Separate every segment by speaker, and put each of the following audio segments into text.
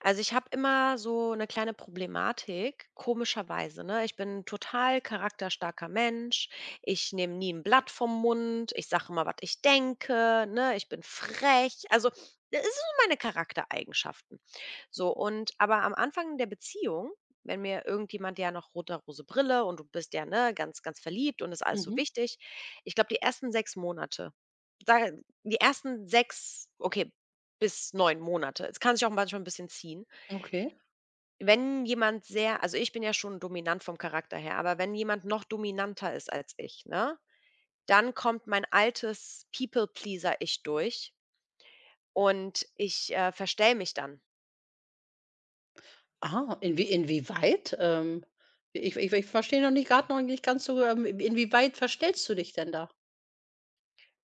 Speaker 1: Also, ich habe immer so eine kleine Problematik, komischerweise, ne? Ich bin ein total charakterstarker Mensch. Ich nehme nie ein Blatt vom Mund. Ich sage immer, was ich denke, ne? Ich bin frech. Also, das sind so meine Charaktereigenschaften. So und aber am Anfang der Beziehung, wenn mir irgendjemand ja noch rote-rose Brille und du bist ja, ne, ganz, ganz verliebt und ist alles so
Speaker 2: Mhm,
Speaker 1: wichtig. Ich glaube, die ersten 6 Monate, da die ersten 6, okay, bis 9 Monate. Es kann sich auch manchmal ein bisschen ziehen.
Speaker 2: okay.
Speaker 1: Wenn jemand sehr also, ich bin ja schon dominant vom Charakter her, aber wenn jemand noch dominanter ist als ich, ne, dann kommt mein altes People-Pleaser-Ich durch und ich verstelle mich dann.
Speaker 2: Ah, inwieweit? Ich verstehe noch nicht ganz so, inwieweit verstellst du dich denn da?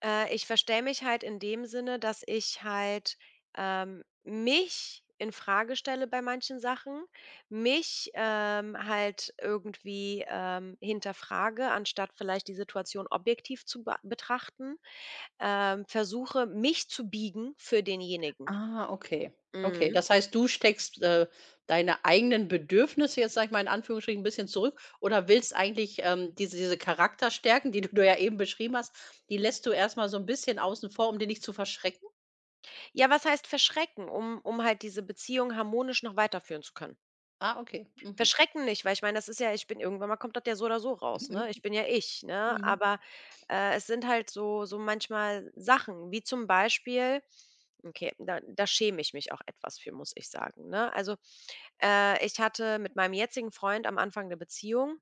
Speaker 1: Ich verstell mich halt in dem Sinne, dass ich halt mich in Frage stelle bei manchen Sachen, mich halt irgendwie hinterfrage, anstatt vielleicht die Situation objektiv zu ba betrachten. Versuche, mich zu biegen für denjenigen.
Speaker 2: Ah, okay. Okay,
Speaker 1: Mhm.
Speaker 2: das heißt, du steckst, deine eigenen Bedürfnisse jetzt, sage ich mal in Anführungsstrichen, ein bisschen zurück oder willst eigentlich, diese Charakterstärken, die du ja eben beschrieben hast, die lässt du erst mal so ein bisschen außen vor, um die nicht zu verschrecken?
Speaker 1: Ja, was heißt verschrecken, um halt diese Beziehung harmonisch noch weiterführen zu können?
Speaker 2: Ah, okay. Mhm.
Speaker 1: Verschrecken nicht, weil ich meine, das ist ja ich bin irgendwann mal kommt das ja so oder so raus, ne?
Speaker 2: Mhm.
Speaker 1: Ich bin ja ich, ne?
Speaker 2: Mhm.
Speaker 1: Aber, es sind halt so manchmal Sachen, wie zum Beispiel okay, da schäme ich mich auch etwas für, muss ich sagen, ne? Also, ich hatte mit meinem jetzigen Freund am Anfang der Beziehung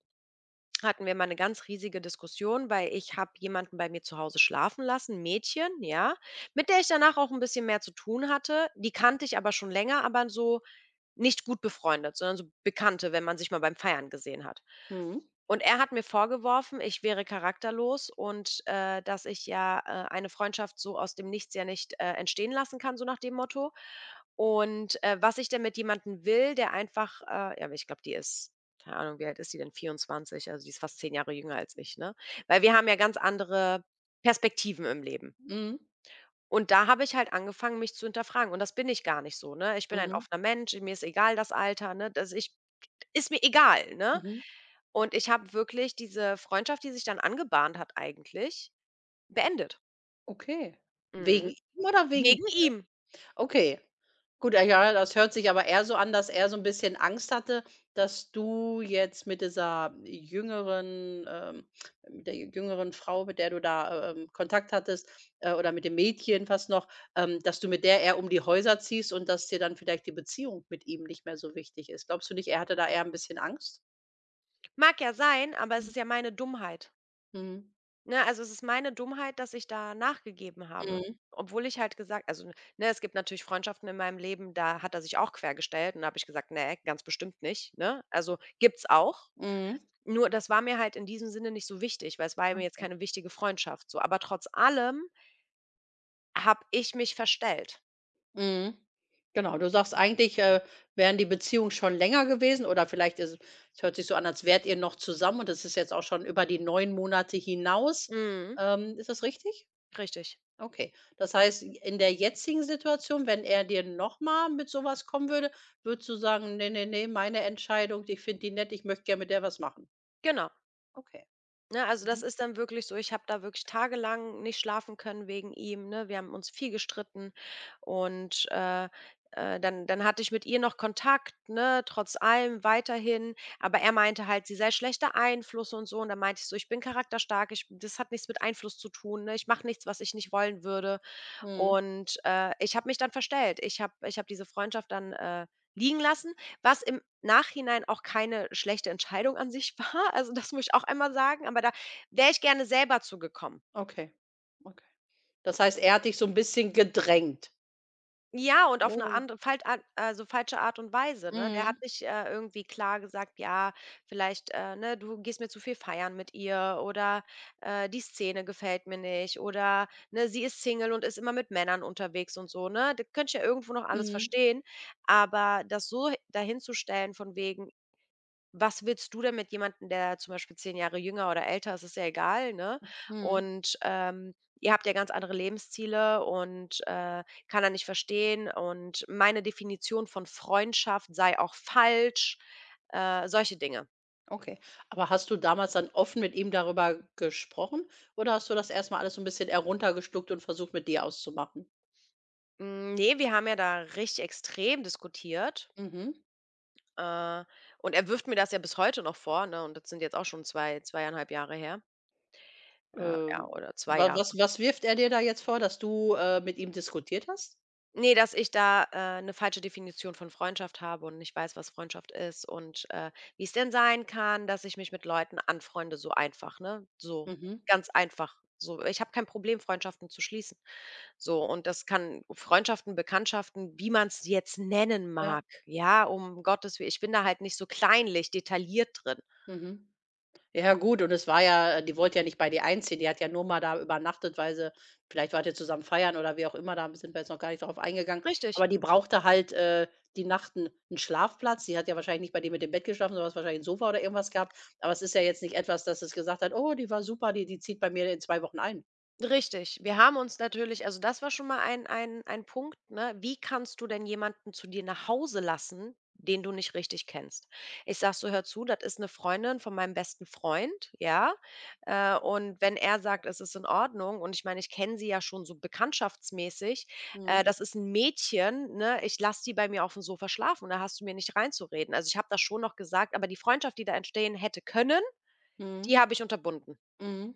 Speaker 1: hatten wir mal eine ganz riesige Diskussion, weil ich habe jemanden bei mir zu Hause schlafen lassen, 'n Mädchen, ja, mit der ich danach auch ein bisschen mehr zu tun hatte. Die kannte ich aber schon länger, aber so nicht gut befreundet, sondern so Bekannte, wenn man sich mal beim Feiern gesehen hat.
Speaker 2: Mhm.
Speaker 1: Und er hat mir vorgeworfen, ich wäre charakterlos und dass ich ja eine Freundschaft so aus dem Nichts ja nicht entstehen lassen kann, so nach dem Motto. Und was ich denn mit jemandem will, der einfach, ja, ich glaube, die ist keine Ahnung, wie alt ist sie denn? 24, also die ist fast 10 Jahre jünger als ich, ne? Weil wir haben ja ganz andere Perspektiven im Leben.
Speaker 2: Mhm.
Speaker 1: Und da habe ich halt angefangen, mich zu hinterfragen und das bin ich gar nicht so, ne? Ich bin ein
Speaker 2: Mhm.
Speaker 1: offener Mensch, mir ist egal das Alter, ne? Das ich ist mir egal, ne?
Speaker 2: Mhm.
Speaker 1: Und ich habe wirklich diese Freundschaft, die sich dann angebahnt hat eigentlich, beendet.
Speaker 2: Okay. Wegen
Speaker 1: Mhm.
Speaker 2: ihm oder wegen.
Speaker 1: Wegen ihm.
Speaker 2: Okay. Gut, ja, das hört sich aber eher so an, dass er so 'n bisschen Angst hatte, dass du jetzt mit dieser jüngeren, mit der jüngeren Frau, mit der du da, Kontakt hattest, oder mit dem Mädchen fast noch, dass du mit der eher um die Häuser ziehst und dass dir dann vielleicht die Beziehung mit ihm nicht mehr so wichtig ist. Glaubst du nicht, er hatte da eher 'n bisschen Angst?
Speaker 1: Mag ja sein, aber es
Speaker 2: Mhm.
Speaker 1: ist ja meine Dummheit,
Speaker 2: Mhm.
Speaker 1: ne? Also, es ist meine Dummheit, dass ich da nachgegeben habe,
Speaker 2: Mhm.
Speaker 1: obwohl ich halt gesagt also, ne, es gibt natürlich Freundschaften in meinem Leben, da hat er sich auch quergestellt und da habe ich gesagt: „Ne, ganz bestimmt nicht“, ne? Also, gibt's auch.
Speaker 2: Mhm.
Speaker 1: Nur das war mir halt in diesem Sinne nicht so wichtig, weil es war ja mir jetzt
Speaker 2: Okay.
Speaker 1: keine wichtige Freundschaft so. Aber trotz allem habe ich mich verstellt.
Speaker 2: Mhm. Genau, du sagst eigentlich, wären die Beziehungen schon länger gewesen oder vielleicht ist, es hört sich so an, als wärt ihr noch zusammen und das ist jetzt auch schon über die 9 Monate hinaus.
Speaker 1: Mhm.
Speaker 2: Ist das richtig?
Speaker 1: Richtig,
Speaker 2: Okay. Das heißt, in der jetzigen Situation, wenn er dir noch mal mit sowas kommen würde, würdest du sagen: nee, nee, nee, meine Entscheidung, ich finde die nett, ich möchte gerne mit der was machen.“
Speaker 1: genau.
Speaker 2: Okay.
Speaker 1: Ne, also das
Speaker 2: Mhm.
Speaker 1: ist dann wirklich so, ich habe da wirklich tagelang nicht schlafen können wegen ihm, ne? Wir haben uns viel gestritten und dann hatte ich mit ihr noch Kontakt, ne, trotz allem weiterhin, aber er meinte halt, sie sei schlechter Einfluss und so und dann meinte ich so: „Ich bin charakterstark, ich das hat nichts mit Einfluss zu tun, ne? Ich mache nichts, was ich nicht wollen würde.“
Speaker 2: Mhm.
Speaker 1: Und ich habe mich dann verstellt. Ich habe diese Freundschaft dann liegen lassen, was im Nachhinein auch keine schlechte Entscheidung an sich war. Also, das muss ich auch einmal sagen, aber da wäre ich gerne selber zugekommen.
Speaker 2: Okay, okay. Das heißt, er hat dich so ein bisschen gedrängt.
Speaker 1: Ja, und auf eine
Speaker 2: Mhm.
Speaker 1: andere falt an also, falsche Art und Weise, ne? Der hat
Speaker 2: Mhm.
Speaker 1: nicht irgendwie klar gesagt: „Ja, vielleicht, ne, du gehst mir zu viel feiern mit ihr“ oder „die Szene gefällt mir nicht“ oder, ne, „sie ist Single und ist immer mit Männern unterwegs“ und so, ne? Da könnte ich ja irgendwo noch alles
Speaker 2: Mhm.
Speaker 1: verstehen, aber das so dahinzustellen von wegen was willst du denn mit jemandem, der zum Beispiel 10 Jahre jünger oder älter ist, ist ja egal, ne?
Speaker 2: Mhm.
Speaker 1: Und ihr habt ja ganz andere Lebensziele und kann er nicht verstehen und meine Definition von Freundschaft sei auch falsch, solche Dinge.
Speaker 2: Okay. Aber hast du damals dann offen mit ihm darüber gesprochen oder hast du das erst mal alles so ein bisschen heruntergeschluckt und versucht, mit dir auszumachen?
Speaker 1: Ne, wir haben ja da richtig extrem diskutiert,
Speaker 2: Mhm.
Speaker 1: äh, und er wirft mir das ja bis heute noch vor, ne, und das sind jetzt auch schon 2, 2,5 Jahre her, ja,
Speaker 2: Ähm,
Speaker 1: oder 2
Speaker 2: wa
Speaker 1: Jahre.
Speaker 2: was was wirft er dir da jetzt vor, dass du, mit ihm diskutiert hast?
Speaker 1: Nee, dass ich da 'ne falsche Definition von Freundschaft habe und nicht weiß, was Freundschaft ist und wie es denn sein kann, dass ich mich mit Leuten anfreunde, so einfach, ne? So,
Speaker 2: Mhm.
Speaker 1: ganz einfach. So, ich habe kein Problem, Freundschaften zu schließen. So, und das kann Freundschaften, Bekanntschaften, wie man es jetzt nennen
Speaker 2: Ja.
Speaker 1: mag, ja, um Gottes Willen. Ich bin da halt nicht so kleinlich detailliert drin.
Speaker 2: Mhm. Ja gut, und es war ja die wollte ja nicht bei dir einziehen. Die hat ja nur mal da übernachtet, weil sie vielleicht wart ihr zusammen feiern oder wie auch immer, da sind wir jetzt noch gar nicht drauf eingegangen.
Speaker 1: Richtig.
Speaker 2: Aber die brauchte halt, die Nacht 'n Schlafplatz. Die hat ja wahrscheinlich nicht bei dir mit dem Bett geschlafen, sondern hast wahrscheinlich ein Sofa oder irgendwas gehabt. Aber es ist ja jetzt nicht etwas, dass es gesagt hat: „Oh, die war super, die zieht bei mir in 2 Wochen ein.“
Speaker 1: Richtig. Wir haben uns natürlich also das war schon mal ein Punkt, ne? Wie kannst du denn jemanden zu dir nach Hause lassen, den du nicht richtig kennst? Ich sag so: „Hör zu, das ist eine Freundin von meinem besten Freund, ja? Und wenn er sagt, es ist in Ordnung“ und ich meine, ich kenne sie ja schon so bekanntschaftsmäßig,
Speaker 2: Mhm,
Speaker 1: das ist ein Mädchen, ne? Ich lasse die bei mir auf dem Sofa schlafen, und da hast du mir nicht reinzureden. Also, ich habe das schon noch gesagt, aber die Freundschaft, die da entstehen hätte können,
Speaker 2: mhm,
Speaker 1: die habe ich unterbunden.
Speaker 2: mhm,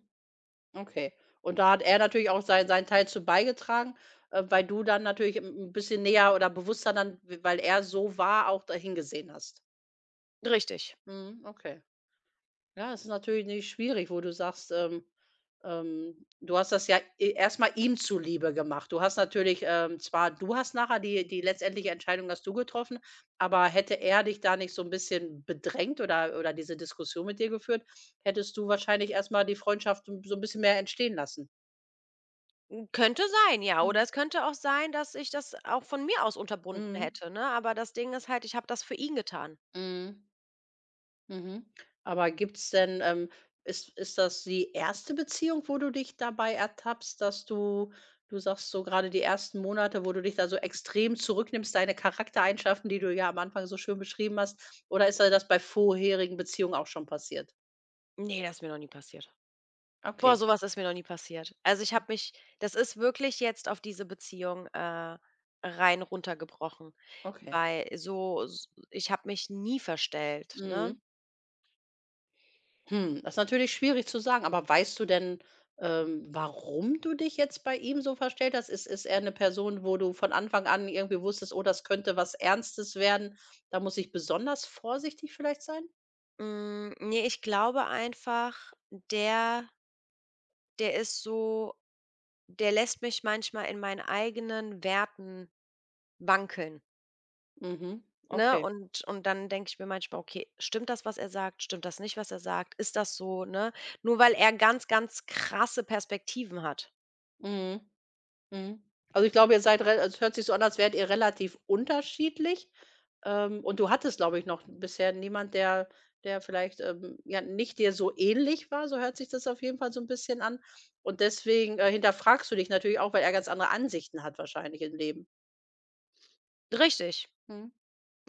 Speaker 2: okay. Und da hat er natürlich auch seinen Teil zu beigetragen, weil du dann natürlich ein bisschen näher oder bewusster dann, weil er so war, auch dahin gesehen hast.
Speaker 1: Richtig.
Speaker 2: Mhm, okay. Ja, es ist natürlich nicht schwierig, wo du sagst, du hast das ja e erst ihm zuliebe gemacht. Du hast natürlich, zwar du hast nachher die letztendliche Entscheidung hast du getroffen, aber hätte er dich da nicht so ein bisschen bedrängt oder diese Diskussion mit dir geführt, hättest du wahrscheinlich erstmal die Freundschaft so 'n bisschen mehr entstehen lassen.
Speaker 1: Könnte sein, ja. Oder
Speaker 2: Mhm.
Speaker 1: es könnte auch sein, dass ich das auch von mir aus unterbunden
Speaker 2: Mhm,
Speaker 1: hätte, ne? Aber das Ding ist halt, ich habe das für ihn getan.
Speaker 2: mhm. Mhm. Aber gibt's denn ist das die erste Beziehung, wo du dich dabei ertappst, dass du sagst so gerade die ersten Monate, wo du dich da so extrem zurücknimmst, deine Charaktereigenschaften, die du ja am Anfang so schön beschrieben hast, oder ist dir das bei vorherigen Beziehungen auch schon passiert?
Speaker 1: Nee, das ist mir noch nie passiert. Boah,
Speaker 2: Okay,
Speaker 1: sowas ist mir noch nie passiert. Also, ich habe mich das ist wirklich jetzt auf diese Beziehung rein runtergebrochen,
Speaker 2: okay.
Speaker 1: weil so s ich habe mich nie verstellt, ne?
Speaker 2: Mhm. Hm, das ist natürlich schwierig zu sagen, aber weißt du denn, warum du dich jetzt bei ihm so verstellt hast? Ist er eine Person, wo du von Anfang an irgendwie wusstest: „Oh, das könnte was Ernstes werden, da muss ich besonders vorsichtig vielleicht sein?“
Speaker 1: Ne, ich glaube einfach, der der ist so der lässt mich manchmal in meinen eigenen Werten wankeln.
Speaker 2: Mhm,
Speaker 1: Ne,
Speaker 2: okay.
Speaker 1: und dann denke ich mir manchmal: „Okay, stimmt das, was er sagt? Stimmt das nicht, was er sagt? Ist das so?“, ne? Nur weil er ganz, ganz krasse Perspektiven hat.
Speaker 2: Mhm. Mhm. Also, ich glaube, ihr seid rel, also es hört sich so an, als wärt ihr relativ unterschiedlich. Und du hattest, glaube ich, noch bisher niemand, der vielleicht, ja, nicht dir so ähnlich war, so hört sich das auf jeden Fall so ein bisschen an. Und deswegen, hinterfragst du dich natürlich auch, weil er ganz andere Ansichten hat wahrscheinlich im Leben.
Speaker 1: Richtig.
Speaker 2: Mhm.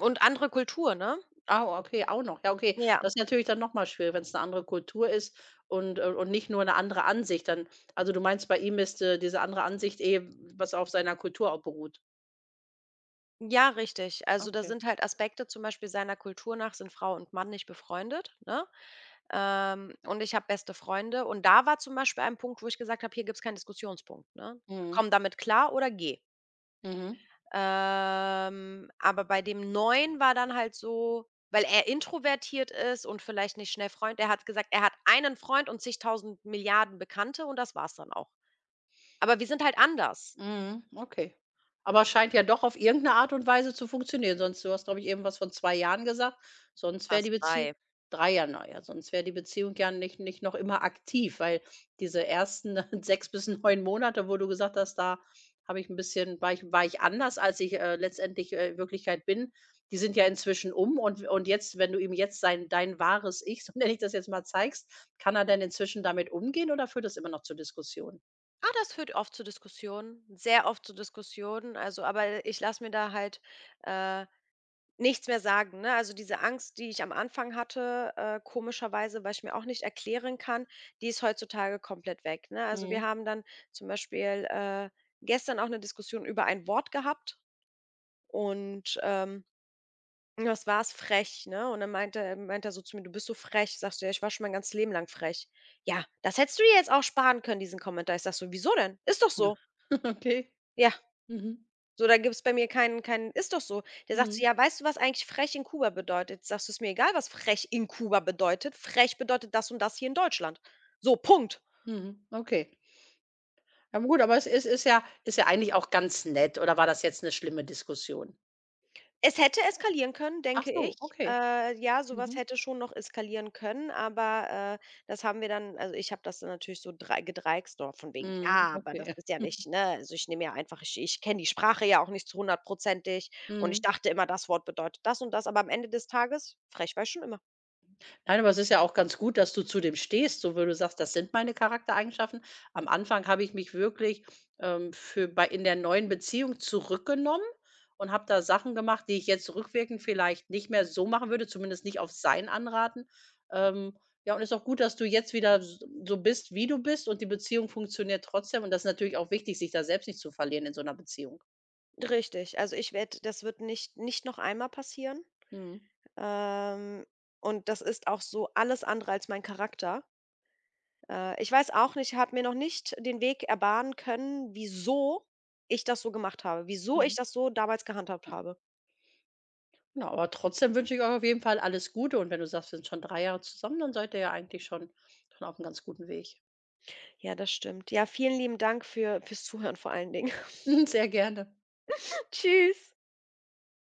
Speaker 1: Und andere Kultur, ne?
Speaker 2: Ah, okay, auch noch. Ja, okay.
Speaker 1: Ja.
Speaker 2: Das ist natürlich dann noch mal schwierig, wenn es eine andere Kultur ist und nicht nur eine andere Ansicht dann. Also, du meinst, bei ihm ist, diese andere Ansicht eh, was auf seiner Kultur auch beruht.
Speaker 1: Ja, richtig. Also, da
Speaker 2: Okay.
Speaker 1: sind halt Aspekte zum Beispiel seiner Kultur nach sind Frau und Mann nicht befreundet, ne? Und ich habe beste Freunde. Und da war zum Beispiel ein Punkt, wo ich gesagt habe: „Hier gibt es keinen Diskussionspunkt, ne?
Speaker 2: Mhm.
Speaker 1: Komm damit klar oder geh.“
Speaker 2: Mhm.
Speaker 1: Aber bei dem Neuen war dann halt so weil er introvertiert ist und vielleicht nicht schnell Freund er hat gesagt, er hat einen Freund und zigtausend Milliarden Bekannte und das war's dann auch. Aber wir sind halt anders,
Speaker 2: Mhm, okay. Aber scheint ja doch auf irgendeine Art und Weise zu funktionieren, sonst, du hast, glaube ich, eben was von 2 Jahren gesagt, sonst wäre
Speaker 1: us
Speaker 2: die Beziehung
Speaker 1: 3.
Speaker 2: 3 Jahre, na ja, sonst wäre die Beziehung ja nicht noch immer aktiv, weil diese ersten 6 bis 9 Monate, wo du gesagt hast, da habe ich ein bisschen, war ich anders, als ich, letztendlich, in Wirklichkeit bin, die sind ja inzwischen um und jetzt, wenn du ihm jetzt sein dein wahres Ich, so nenne ich das jetzt mal, zeigst, kann er denn inzwischen damit umgehen oder führt das immer noch zu Diskussionen?
Speaker 1: Ah, das führt oft zu Diskussionen, sehr oft zu Diskussionen, also aber ich lasse mir da halt, äh nichts mehr sagen, ne? Also, diese Angst, die ich am Anfang hatte, komischerweise, weil ich mir auch nicht erklären kann, die ist heutzutage komplett weg, ne? Also, wir
Speaker 2: Mhm.
Speaker 1: haben dann zum Beispiel gestern auch eine Diskussion über ein Wort gehabt und das war es frech, ne? Und dann meinte er so zu mir: „Du bist so frech.“ Sagst du: „Ja, ich war schon mein ganzes Leben lang frech.“ „Ja, das hättest du dir jetzt auch sparen können, diesen Kommentar.“ Ich sage so: „Wieso denn? Ist doch so.“
Speaker 2: Okay.
Speaker 1: „Ja.“
Speaker 2: Mhm.
Speaker 1: So, da gibt's bei mir keinen ist doch so. Der sagt so:
Speaker 2: Mhm.
Speaker 1: „Ja, weißt du, was eigentlich frech in Kuba bedeutet?“ Sagst du: „Ist mir egal, was frech in Kuba bedeutet. Frech bedeutet das und das hier in Deutschland.“ So, Punkt.
Speaker 2: Mhm. Okay. Ja gut, aber es ist, ist ja eigentlich auch ganz nett, oder war das jetzt eine schlimme Diskussion?
Speaker 1: Es hätte eskalieren können,
Speaker 2: Ach
Speaker 1: denke
Speaker 2: so,
Speaker 1: ich.
Speaker 2: okay.
Speaker 1: Ja, sowas
Speaker 2: Mhm.
Speaker 1: hätte schon noch eskalieren können, aber das haben wir dann also, ich habe das dann natürlich so drei gedreixt, so von wegen:
Speaker 2: Mhm,
Speaker 1: „Ja, aber das
Speaker 2: okay.
Speaker 1: ist ja nicht ne, also, ich nehme ja einfach ich kenne die Sprache ja auch nicht zu hundertprozentig und ich
Speaker 2: Mhm.
Speaker 1: dachte immer, das Wort bedeutet das und das.“ Aber am Ende des Tages, frech war ich schon immer.
Speaker 2: Nein, aber es ist ja auch ganz gut, dass du zu dem stehst, so wo du sagst: „Das sind meine Charaktereigenschaften.“ Am Anfang habe ich mich wirklich, für bei in der neuen Beziehung zurückgenommen und habe da Sachen gemacht, die ich jetzt rückwirkend vielleicht nicht mehr so machen würde, zumindest nicht auf sein Anraten. Ähm, ja, und ist auch gut, dass du jetzt wieder s, so bist, wie du bist und die Beziehung funktioniert trotzdem und das ist natürlich auch wichtig, sich da selbst nicht zu verlieren in so einer Beziehung.
Speaker 1: Richtig. Also, ich werde das wird nicht noch einmal passieren.
Speaker 2: Mhm.
Speaker 1: Ähm, und das ist auch so alles andere als mein Charakter. Ich weiß auch nicht habe mir noch nicht den Weg erbahnen können, wieso ich das so gemacht habe, wieso ich
Speaker 2: Mhm.
Speaker 1: das so damals gehandhabt habe.
Speaker 2: Na, aber trotzdem wünsche ich euch auf jeden Fall alles Gute und wenn du sagst, wir sind schon 3 Jahre zusammen, dann seid ihr ja eigentlich schon auf einem ganz guten Weg.
Speaker 1: Ja, das stimmt. Ja, vielen lieben Dank fürs Zuhören vor allen Dingen.
Speaker 2: Sehr gerne.
Speaker 1: Tschüss.